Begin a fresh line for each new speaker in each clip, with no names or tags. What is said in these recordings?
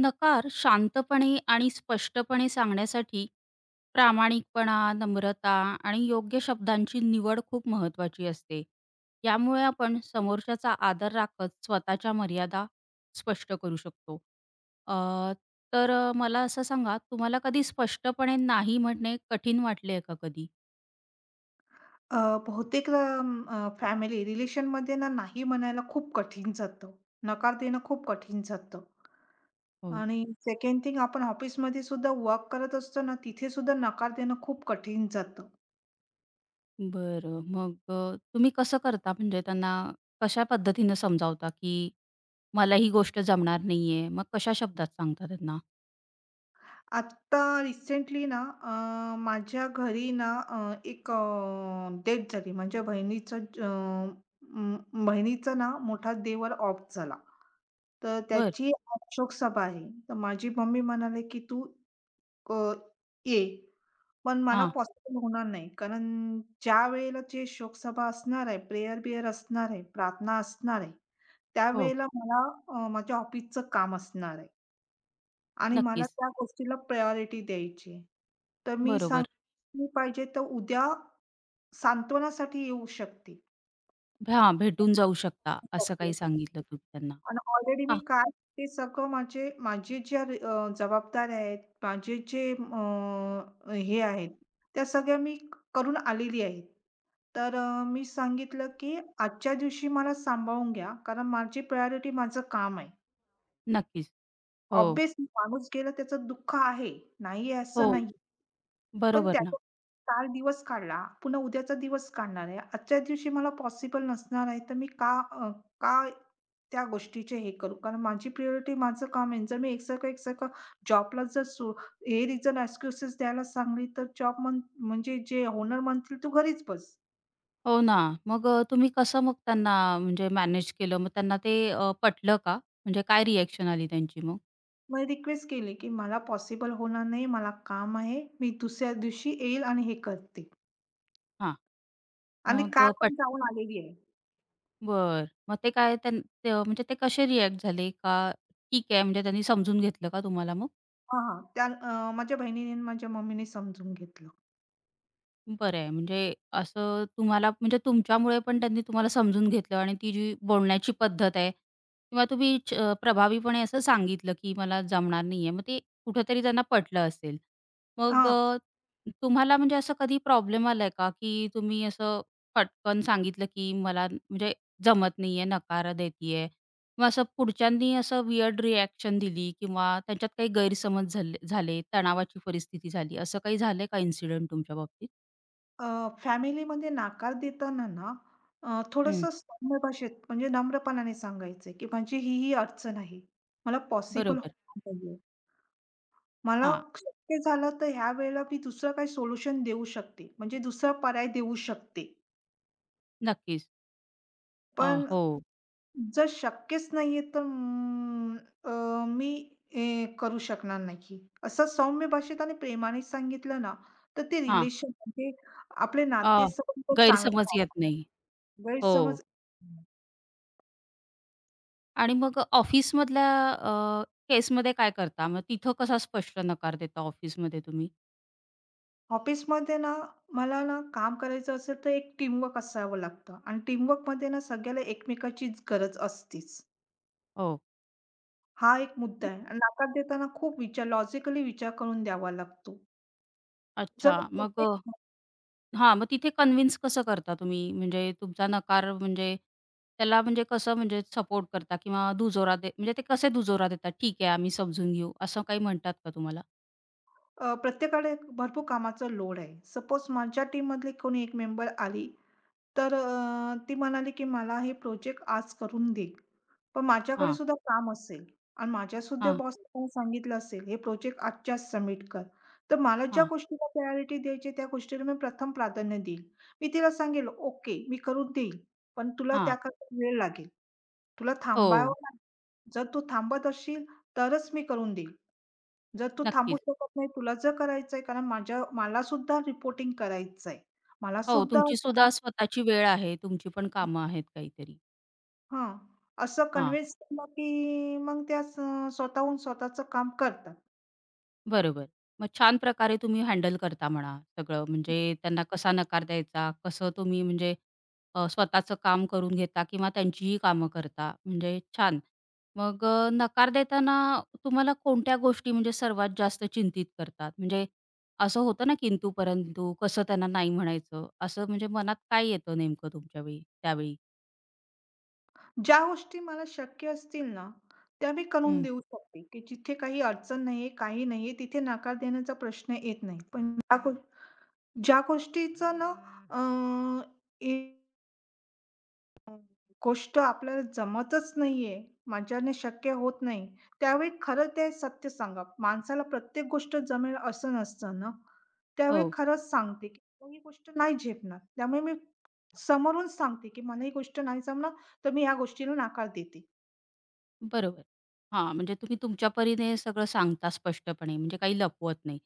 नकार शांतपणे आणि स्पष्टपणे सांगण्यासाठी प्रामाणिकपणा, नम्रता आणि योग्य शब्दांची निवड खूप महत्त्वाची असते. यामुळे आपण समोरच्याचा आदर राखत स्वतःच्या मर्यादा स्पष्ट करू शकतो. अ, तर मला असं सांगा, तुम्हाला कधी स्पष्टपणे नाही म्हणणे कठीण वाटले आहे का कधी?
अ, बहुतेक अ, अ, फॅमिली रिलेशनमध्ये ना, नाही म्हणायला खूप कठीण जातं. नकार देणं खूप कठीण जातं.
हो.
आणि सेकंड थिंग आपण ऑफिसमध्ये सुद्धा वर्क करत असतो ना, तिथे सुद्धा नकार देणं खूप कठीण जातं.
बरं. मग तुम्ही कसं करता म्हणजे त्यांना कशा पद्धतीनं समजावता, की मला ही गोष्ट जमणार नाहीये, मग कशा शब्दात सांगता त्यांना?
आत्ता रिसेंटली ना, माझ्या घरी ना, एक झाली. म्हणजे बहिणीचं ज- अ, म बहिणीचा ना, मोठा देवर ऑफ झाला. तर
बरं.
त्याची शोकसभा आहे. तर माझी मम्मी म्हणाली, की "तू अ, ये." पण मला
हां.
पॉसिबल होणार नाही. कारण ज्या वेळेला जे शोकसभा असणार आहे, प्रेयर-बिअर असणार आहे, प्रार्थना असणार आहे,
हो,
त्यावेळेला मला माझ्या ऑफिसचं काम असणार आहे आणि मला
नक्कीच.
त्या गोष्टीला प्रायोरिटी द्यायची आहे. तर मी
बरोबर.
सांगितली पाहिजे तर उद्या सांत्वनासाठी येऊ शकते.
हां, भेटून जाऊ शकता असं काही सांगितलं तुम्ही त्यांना.
आणि ऑलरेडी मी
हां,
काय ते सगळं माझी ज्या जबाबदाऱ्या आहेत, माझे जे हे आहेत, त्या सगळ्या मी करून आलेली आहे. तर मी सांगितलं, की आजच्या दिवशी मला सांभाळून घ्या, कारण माझी प्रायोरिटी माझं काम आहे.
नक्कीच. हो,
ऑब्व्हियसली माणूस गेला त्याचं दुःख आहे, नाही आहे
हो.
असं नाही. पण
बरोबर ना.
त्याचा काल दिवस काढला, पुन्हा उद्याचा दिवस काढणार आहे. आजच्या दिवशी मला पॉसिबल नसणार आहे, तर मी का त्या गोष्टीचे हे करू. कारण माझी प्रायोरिटी माझं काम आहे. जर मी एकसारखं-एकसारखं जॉबला जर सो हे रिझन, एक्सक्यूजेस द्यायला सांगली, तर जॉब म्हण म्हणजे जे ओनर म्हणतील, "तू घरीच बस."
हो ना. मग तुम्ही कसं मग त्यांना म्हणजे मॅनेज केलं? मग त्यांना ते पटलं का? म्हणजे काय रिएक्शन आली त्यांची मग?
मग रिक्वेस्ट केली, की "मला पॉसिबल होणार नाही. मला काम आहे. मी दुसऱ्या दिवशी येईल आणि हे करते."
हां.
आणि
मग
काल
अ,
पण
पट
जाऊन आलेली आहे.
बरं. मग ते काय ते म्हणजे ते कसे रिएक्ट झाले का ठीक आहे म्हणजे त्यांनी समजून घेतलं का तुम्हाला मग?
हां, हां. त्या माझ्या बहिणीने आणि माझ्या मम्मीने समजून घेतलं.
बरं आहे. म्हणजे असं तुम्हाला म्हणजे तुमच्यामुळे पण त्यांनी तुम्हाला समजून घेतलं आणि ती जी बोलण्याची पद्धत आहे किंवा तुम्ही प्रभावीपणे असं सांगितलं, की मला जमणार नाहीये. मग ते कुठेतरी त्यांना पटलं असेल. मग
हां.
अ, तुम्हाला म्हणजे असं कधी प्रॉब्लेम आलाय का, की तुम्ही असं पटकन सांगितलं, की म्हणजे जमत नाहीये, नकार देतीये किंवा असं पुढच्यांनी असं वियर्ड रिएक्शन दिली किंवा त्यांच्यात काही गैरसमज झाले झाले, तणावाची परिस्थिती झाली, असं काही झालंय का इन्सिडेंट तुमच्या बाबतीत?
फॅमिलीमध्ये नाकार देताना ना
हं,
थोडंसं सौम्य भाषेत म्हणजे नम्रपणाने सांगायचं की माझी ही ही अडचण आहे. मला पॉसिबल
बरोबर.
होत नाहीये. मला
हां,
शक्य झालं तर ह्या वेळेला मी दुसरं काही सोल्युशन देऊ शकते. म्हणजे दुसरा पर्याय देऊ शकते.
नक्कीच. अ,
पण
हो.
जर शक्यच नाहीये तर मी करू शकणार नाही. असं सौम्य भाषेत आणि प्रेमाने सांगितलं ना, तर ते
हां.
रिलेशन म्हणजे आपले
अ,
नातेसंबंध चांगले
गैरसमज येत
राहतात.
नाही. हो
गैरसमज
आणि मग ऑफिसमधल्या केसमध्ये काय करता? मग तिथं कसा स्पष्ट नकार देता ऑफिसमध्ये तुम्ही?
ऑफिसमध्ये ना, मला ना काम करायचं असेल तर एक टीमवर्क असावं लागतं आणि टीमवर्कमध्ये ना सगळ्याला एकमेकाचीच गरज असतेच.
हो.
हा एक मुद्दा आहे आणि नकार देताना खूप विचार लॉजिकली विचार करून द्यावा लागतो.
अच्छा.
जर
मग
प्रत्येक
अ, हां, मग तिथे कन्विन्स कसं करता तुम्ही? म्हणजे तुमचा नकार म्हणजे त्याला म्हणजे कसं म्हणजे सपोर्ट करता किंवा दुजोरा दे म्हणजे ते कसे दुजोरा देतात? "ठीक आहे, आम्ही समजून घेऊ." असं काही म्हणतात का तुम्हाला?
प्रत्येकाकडे भरपूर कामाचा लोड आहे. सपोज माझ्या टीममधली कोणी एक मेंबर आली तर ती म्हणाली, की "मला हे प्रोजेक्ट आज करून दे." पण माझ्याकडे
हां,
सुद्धा काम असेल आणि माझ्यासुद्धा
हां,
बॉसने मला सांगितलं असेल, "हे प्रोजेक्ट आजच्याच सबमिट कर." तर मला ज्या
हां,
गोष्टीला प्रायोरिटी द्यायची त्या गोष्टीला मी प्रथम प्राधान्य देईल. मी तिला सांगेल, "ओके, मी करून देईल, पण तुला
हां.
त्याकरता वेळ लागेल. तुला थांबावं
हो,
लागेल. जर तू थांबत असशील तरच मी करून देईल. जर तू थांबू
नक्कीच.
शकत नाही, तुला जर करायचंय कारण माझ्या मलासुद्धा रिपोर्टिंग करायचंय.
हो,
मलासुद्धा
तुमची सुद्धा स्वतःची वेळ आहे, तुमची पण कामं आहेत काहीतरी.
हां, असं
हां,
कन्व्हिन्स केलं, की मग त्या स स्वतःहून स्वतःचं काम करतात.
बरोबर. मग छान प्रकारे तुम्ही हँडल करता म्हणा सगळं, म्हणजे त्यांना कसा नकार द्यायचा, कसं तुम्ही म्हणजे स्वतःचं काम करून घेता किंवा त्यांचीही कामं करता, म्हणजे छान. मग नकार देताना तुम्हाला कोणत्या गोष्टी म्हणजे सर्वात जास्त चिंतित करतात? म्हणजे असं होतं ना किंतु परंतु, कसं त्यांना नाही म्हणायचं, असं म्हणजे मनात काय येतं नेमकं तुमच्यावेळी त्यावेळी?
ज्या गोष्टी मला शक्य असतील ना, त्या मी करून
हं,
देऊ शकते, की जिथे काही अडचण नाहीये, काही नाहीये, तिथे नकार देण्याचा प्रश्न येत नाही. पण ज्या गोष्टीचं ना अ, गोष्ट आपल्याला जमतच नाहीये, माझ्याने शक्य होत नाही. त्यावेळी खरं ते सत्य सांगा. माणसाला प्रत्येक गोष्ट जमेल असं नसतं ना. त्यावेळी
हो.
खरंच सांगते, की मला ही गोष्ट नाही झेपणार. त्यामुळे मी समोरून सांगते, की मला ही गोष्ट नाही जमणार, तर मी ह्या गोष्टीला नकार देते.
बरोबर. हां, म्हणजे तुम्ही तुमच्या परीने सगळं सांगता स्पष्टपणे, म्हणजे काही लपवत नाही.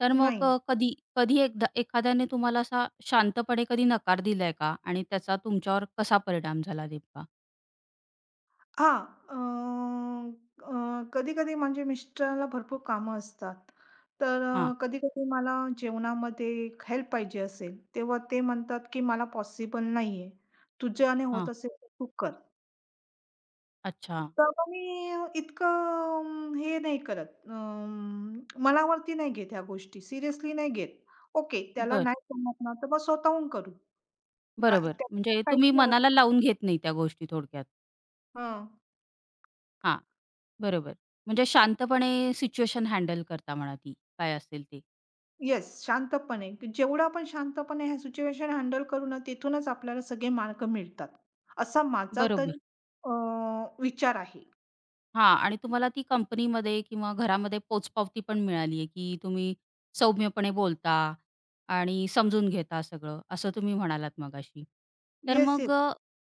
तर मग
नाही.
अ, कधी कधी एकदा एखाद्याने तुम्हाला असा शांतपणे कधी नकार दिलाय का? आणि त्याचा तुमच्यावर कसा परिणाम झाला नेमका?
हां. अ, अ, कधी-कधी म्हणजे मिस्टरांना भरपूर कामं असतात. तर
हां,
कधी-कधी मला जेवणामध्ये हेल्प पाहिजे असेल, तेव्हा ते म्हणतात, की "मला पॉसिबल नाहीये. तुझ्याने होत
हां.
असेल तर तू कर."
अच्छा.
तर मग मी इतकं हे नाही करत. मनावरती नाही घेत ह्या गोष्टी. सिरियसली नाही घेत. ओके, त्याला
बर,
नाही जमत ना, तर मग स्वतःहून करू. काय
बरोबर.
त्यात
म्हणजे
काहीच
तुम्ही
नाही
मनाला
होत.
लावून घेत नाही त्या गोष्टी थोडक्यात. हां, बरोबर. म्हणजे शांतपणे सिच्युएशन हँडल करता म्हणा ती, काय असेल ते.
येस, शांतपणे. जेवढं आपण शांतपणे ह्या सिच्युएशन हँडल करू ना, तिथूनच आपल्याला सगळे मार्क मिळतात. असा माझा
बरोबर.
तरी अ, विचार आहे.
हां आणि तुम्हाला ती कंपनीमध्ये किंवा घरामध्ये पोचपावती पण मिळाली आहे, की तुम्ही सौम्यपणे बोलता आणि समजून घेता सगळं, असं तुम्ही म्हणालात मगाशी. तर
येस,
मग
येस.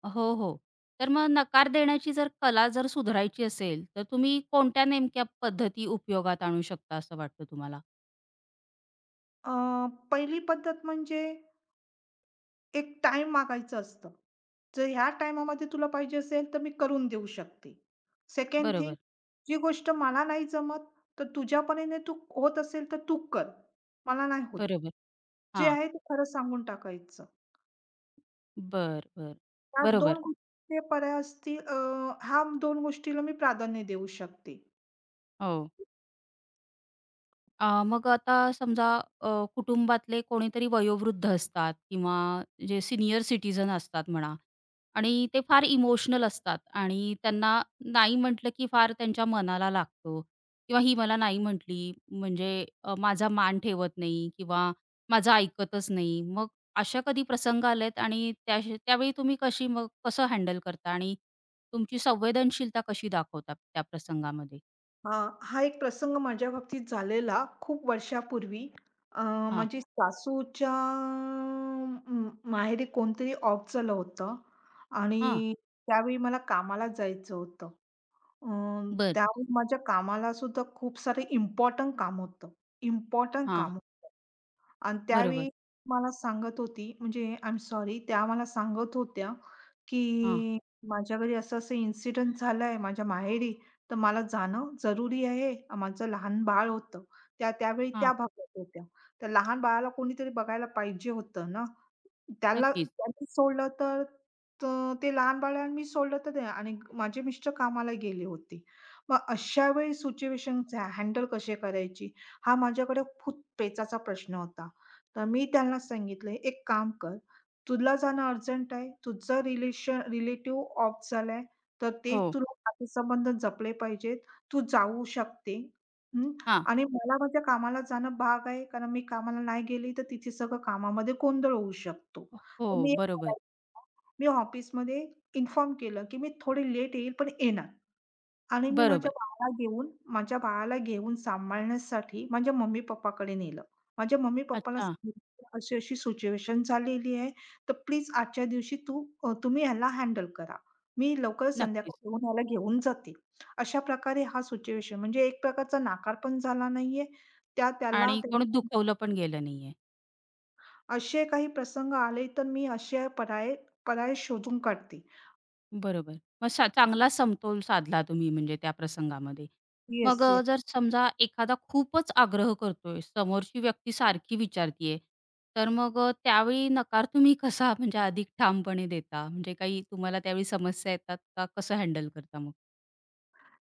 अ हो, हो. तर मग नकार देण्याची जर कला जर सुधारायची असेल, तर तुम्ही कोणत्या नेमक्या पद्धती उपयोगात आणू शकता असं वाटतं तुम्हाला?
अ, पहिली पद्धत म्हणजे एक टाइम मागायचं असतं. जर ह्या टाईमामध्ये तुला पाहिजे असेल, तर मी करून देऊ शकते. सेकंड थिंग,
बरोबर,
जी गोष्ट मला नाही जमत, तर तुझ्या परीने तू होत असेल, तर तू कर. मला नाही होत.
बरोबर.
जे
हां.
आहे ते खरं सांगून टाकायचं.
बरं, बरं.
त्यात दोन
बरोबर.
गोष्टीचे पर्याय असतील ह्या 2 गोष्टीला मी प्राधान्य देऊ शकते.
हो. मग आता समजा अ, कुटुंबातले कोणीतरी वयोवृद्ध असतात किंवा जे सीनियर सिटीजन असतात म्हणा आणि ते फार इमोशनल असतात आणि त्यांना नाही म्हटलं की फार त्यांच्या मनाला लागतो किंवा ही मला नाही म्हटली म्हणजे माझा मान ठेवत नाही किंवा माझं ऐकतच नाही. मग अशा कधी प्रसंग आलेत आणि त्या त्यावेळी तुम्ही कशी मग कसं हँडल करता आणि तुमची संवेदनशीलता कशी दाखवता त्या प्रसंगामध्ये?
अ, हा एक प्रसंग माझ्या बाबतीत झालेला खूप वर्षापूर्वी. अ,
हां,
माझी सासूच्या माहेरी कोणतरी ऑफ झालं होतं
हां.
आणि त्यावेळी मला कामाला जायचं होतं. अ,
बरं.
त्यावेळी माझ्या कामाला सुद्धा खूप सारे इम्पोर्टंट काम होतं. इम्पोर्टंट
हां,
काम होतं आणि
बरोबर.
त्यावेळी मला सांगत होती म्हणजे आय एम सॉरी त्या मला सांगत होत्या
हां,
की माझ्या घरी असं-असं इन्सिडेंट झालाय माझ्या माहेरी, तर मला जाणं जरुरी आहे. माझं लहान बाळ होतं. त्या त्यावेळी
हां.
त्या भागात होत्या. तर लहान बाळाला कोणीतरी बघायला पाहिजे होतं ना. त्याला
नक्कीच.
त्यांनी सोडलं तर त ते लहान बाळ आणि मी सोडलं तर ते आणि माझे मिस्टर कामाला गेले होते. मग अशा वेळी सिच्युएशन्स हँडल कसे करायची? हा माझ्याकडे खूप पेचाचा प्रश्न होता. तर मी त्यांना सांगितलं, "एक काम कर, तुला जाणं अर्जंट आहे, तुझं रिलेशन रिलेटिव्ह ऑफ झालाय, तर ते
हो.
तुला नातेसंबंध जपले पाहिजेत. तू जाऊ शकते." हं.
हां.
आणि मला माझ्या कामाला जाणं भाग आहे, कारण मी कामाला नाही गेली, तर तिथे सगळं कामामध्ये गोंधळ होऊ शकतो. तर
हो,
मी एक
बरोबर,
करायचं, मी ऑफिसमध्ये इन्फॉर्म केलं, की मी थोडे लेट येईल, पण येणार. आणि मी माझ्या
बरोबर.
बाळाला घेऊन माझ्या बाळाला घेऊन सांभाळण्यासाठी माझ्या मम्मी-पप्पाकडे नेलं. माझ्या मम्मी-पप्पाला
अच्छा,
सांगितलं, "अशी-अशी सिच्युएशन झालेली आहे, तर प्लीज आजच्या दिवशी तुम्ही ह्याला हँडल करा. मी लवकर
नक्कीच.
संध्याकाळी येऊन ह्याला घेऊन जाते." अशा प्रकारे हा सिच्युएशन म्हणजे एक प्रकारचा नाकार पण झाला नाहीये. त्या त्याला
आणि कोणी
त्यां-
दुखवलं पण गेलं नाहीये.
असे काही प्रसंग आले, तर मी असे पर्याय पर्याय शोधून काढते.
बरोबर. मग चा चांगला समतोल साधला तुम्ही म्हणजे त्या प्रसंगामध्ये. मग
येस.
अ, जर समजा एखादा खूपच आग्रह करतोय, समोरची व्यक्ती सारखी विचारतीये, तर मग त्यावेळी नकार तुम्ही कसा म्हणजे अधिक ठामपणे देता? म्हणजे काही तुम्हाला त्यावेळी समस्या येतात का? कसं हँडल करता मग?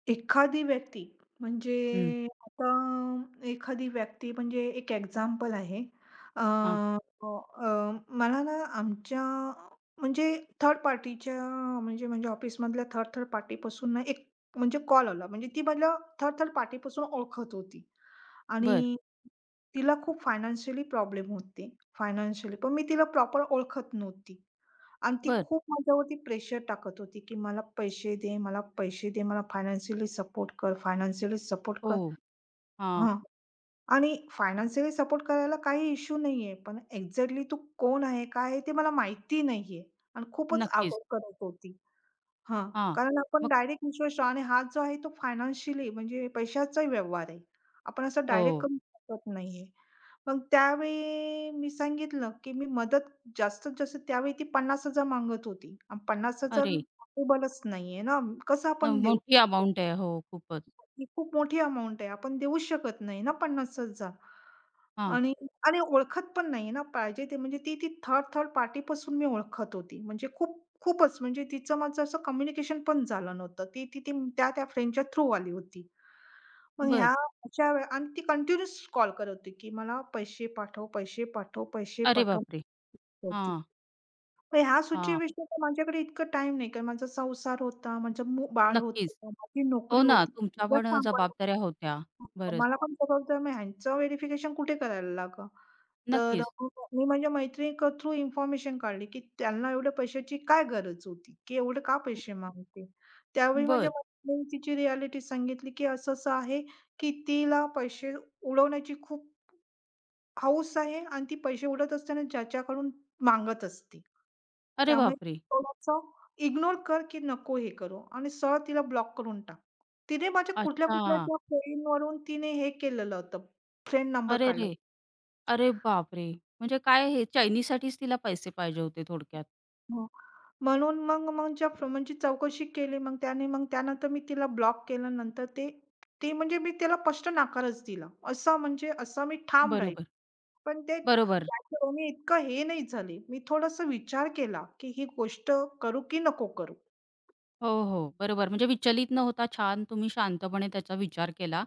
एखादी व्यक्ती म्हणजे
हं.
आता एखादी व्यक्ती म्हणजे एक एक्झाम्पल आहे. अ,
हां.
अ, अ, मला ना आमच्या म्हणजे थर्ड पार्टीच्या म्हणजे म्हणजे ऑफिसमधल्या थर्ड थर्ड पार्टीपासून ना एक म्हणजे कॉल आला. म्हणजे ती मला थर्ड थर्ड पार्टीपासून ओळखत होती आणि
बरं,
तिला खूप फायनान्शियली प्रॉब्लेम होते. फायनान्शियली पण मी तिला प्रॉपर ओळखत नव्हती. आणि ती
बरं.
खूप माझ्यावरती प्रेशर टाकत होती, की मला पैसे दे, मला पैसे दे, मला फायनान्शियली सपोर्ट कर, फायनान्शियली सपोर्ट
हो.
कर.
हां.
हां. आणि फायनान्शियली सपोर्ट करायला काही इश्यू नाहीये, पण एक्झॅक्टली तू कोण आहे, काय आहे ते मला माहिती नाहीये आणि खूपच आगाऊ
नक्कीच.
करत होती. हां,
हां.
कारण आपण डायरेक्ट विश्वास आणि हा जो आहे तो फायनान्शियली म्हणजे पैशाचा व्यवहार आहे. आपण असं डायरेक्ट
हो.
करू शकत नाहीये. मग त्यावेळी मी सांगितलं, की मी मदत जास्तीत जास्त त्यावेळी ती 50,000 मागत होती. आणि 50,000
अरे!
पॉसिबलच नाहीये ना, कसं
न
आपण देऊ
मोठी
शकतो?
अमाउंट आहे. हो, खूपच.
ही खूप मोठी अमाउंट आहे. आपण देऊच शकत नाही ना 50,000.
हां,
आणि आणि ओळखत पण नाही ना पाहिजे ते म्हणजे ती ती थर्ड थर्ड पार्टीपासून मी ओळखत होती. म्हणजे खूप खूपच म्हणजे तिचं माझं असं कम्युनिकेशन पण झालं नव्हतं. ती ती ती त्या त्या फ्रेंडच्या थ्रू आली होती. मग
बरं.
अशा वेळे आणि ती कंटिन्यूअस कॉल करत होती, की "मला पैसे पाठव, पैसे पाठव, पैसे
अरे
पाठव"
बापरे!
होती.
हां,
मग ह्या
हां.
सिच्युएशनला माझ्याकडे इतकं टाईम नाही, कारण माझा संसार होता, माझं बाळ होतं,
नक्कीच.
माझी नोकरी
हो ना,
होती.
तुमच्या
तिला
पण
सांभाळणं
जबाबदाऱ्या होत्या
होतं.
बरंच.
मला पण जबाबदार मग ह्यांचं व्हेरिफिकेशन कुठे करायला लागा? तर
नक्कीच.
मी माझ्या मैत्रिणी थ्रू इन्फॉर्मेशन काढली, की त्यांना एवढ्या पैशाची काय गरज होती, की एवढे का पैसे मागते? त्यावेळी माझ्या
बरं.
मैत्रिणीने तिची रिॲलिटी सांगितली, की असं-असं आहे, की तिला पैसे उडवण्याची खूप हौस आहे आणि ती पैसे उडवत असताना ज्याच्याकडून मागत असते.
अरे
त्यामुळे
बापरे!
थोडंसं इग्नोर कर, की नको हे करू आणि सरळ तिला ब्लॉक करून टाक. तिने माझ्या कुठल्या-कुठल्या
अच्छा.
त्या फ्रेंडवरून तिने हे केलेलं होतं, फ्रेंड नंबर काढला.
अरेरे! अरे बापरे! म्हणजे काय हे चैनीसाठीच तिला पैसे पाहिजे होते थोडक्यात.
हो. म्हणून मग मग ज्या म्हणजे चौकशी केली मग त्याने मग त्यानंतर मी तिला ब्लॉक केलं नंतर ते ते म्हणजे मी त्याला स्पष्ट नकारच दिला. असा म्हणजे असा मी ठाम राहील.
बरोबर,
पण ते
बरोबर.
त्याच्यावर मी इतकं हे नाही झाले. मी थोडासा विचार केला, की ही गोष्ट करू की नको करू?
हो, हो. बरोबर. म्हणजे विचलित न होता छान तुम्ही शांतपणे त्याचा विचार केला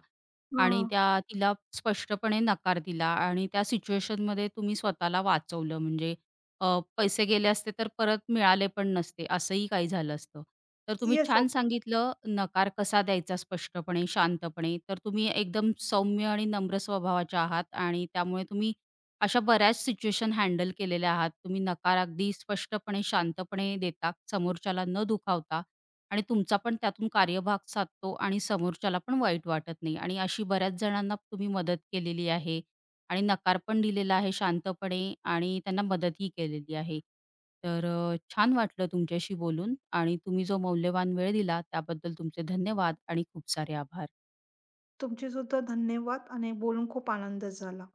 आणि
हां.
त्या तिला स्पष्टपणे नकार दिला आणि त्या सिच्युएशनमध्ये तुम्ही स्वतःला वाचवलं. म्हणजे अ, पैसे गेले असते तर परत मिळाले पण नसते, असंही काही झालं असतं. तर तुम्ही
येस.
छान सांगितलं नकार कसा द्यायचा स्पष्टपणे, शांतपणे. तर तुम्ही एकदम सौम्य आणि नम्र स्वभावाचे आहात आणि त्यामुळे तुम्ही अशा बऱ्याच सिच्युएशन हँडल केलेल्या आहात. तुम्ही नकार अगदी स्पष्टपणे, शांतपणे देता, समोरच्याला न दुखावता. आणि तुमचा पण त्यातून कार्यभाग साधतो आणि समोरच्याला पण वाईट वाटत नाही आणि अशी बऱ्याच जणांना तुम्ही मदत केलेली आहे आणि नकार पण दिलेला आहे शांतपणे आणि त्यांना मदतही केलेली आहे. तर छान वाटलं तुमच्याशी बोलून आणि तुम्ही जो मौल्यवान वेळ दिला त्याबद्दल तुमचे धन्यवाद आणि खूप सारे आभार.
तुमचे सुद्धा धन्यवाद आणि बोलून खूप आनंद झाला.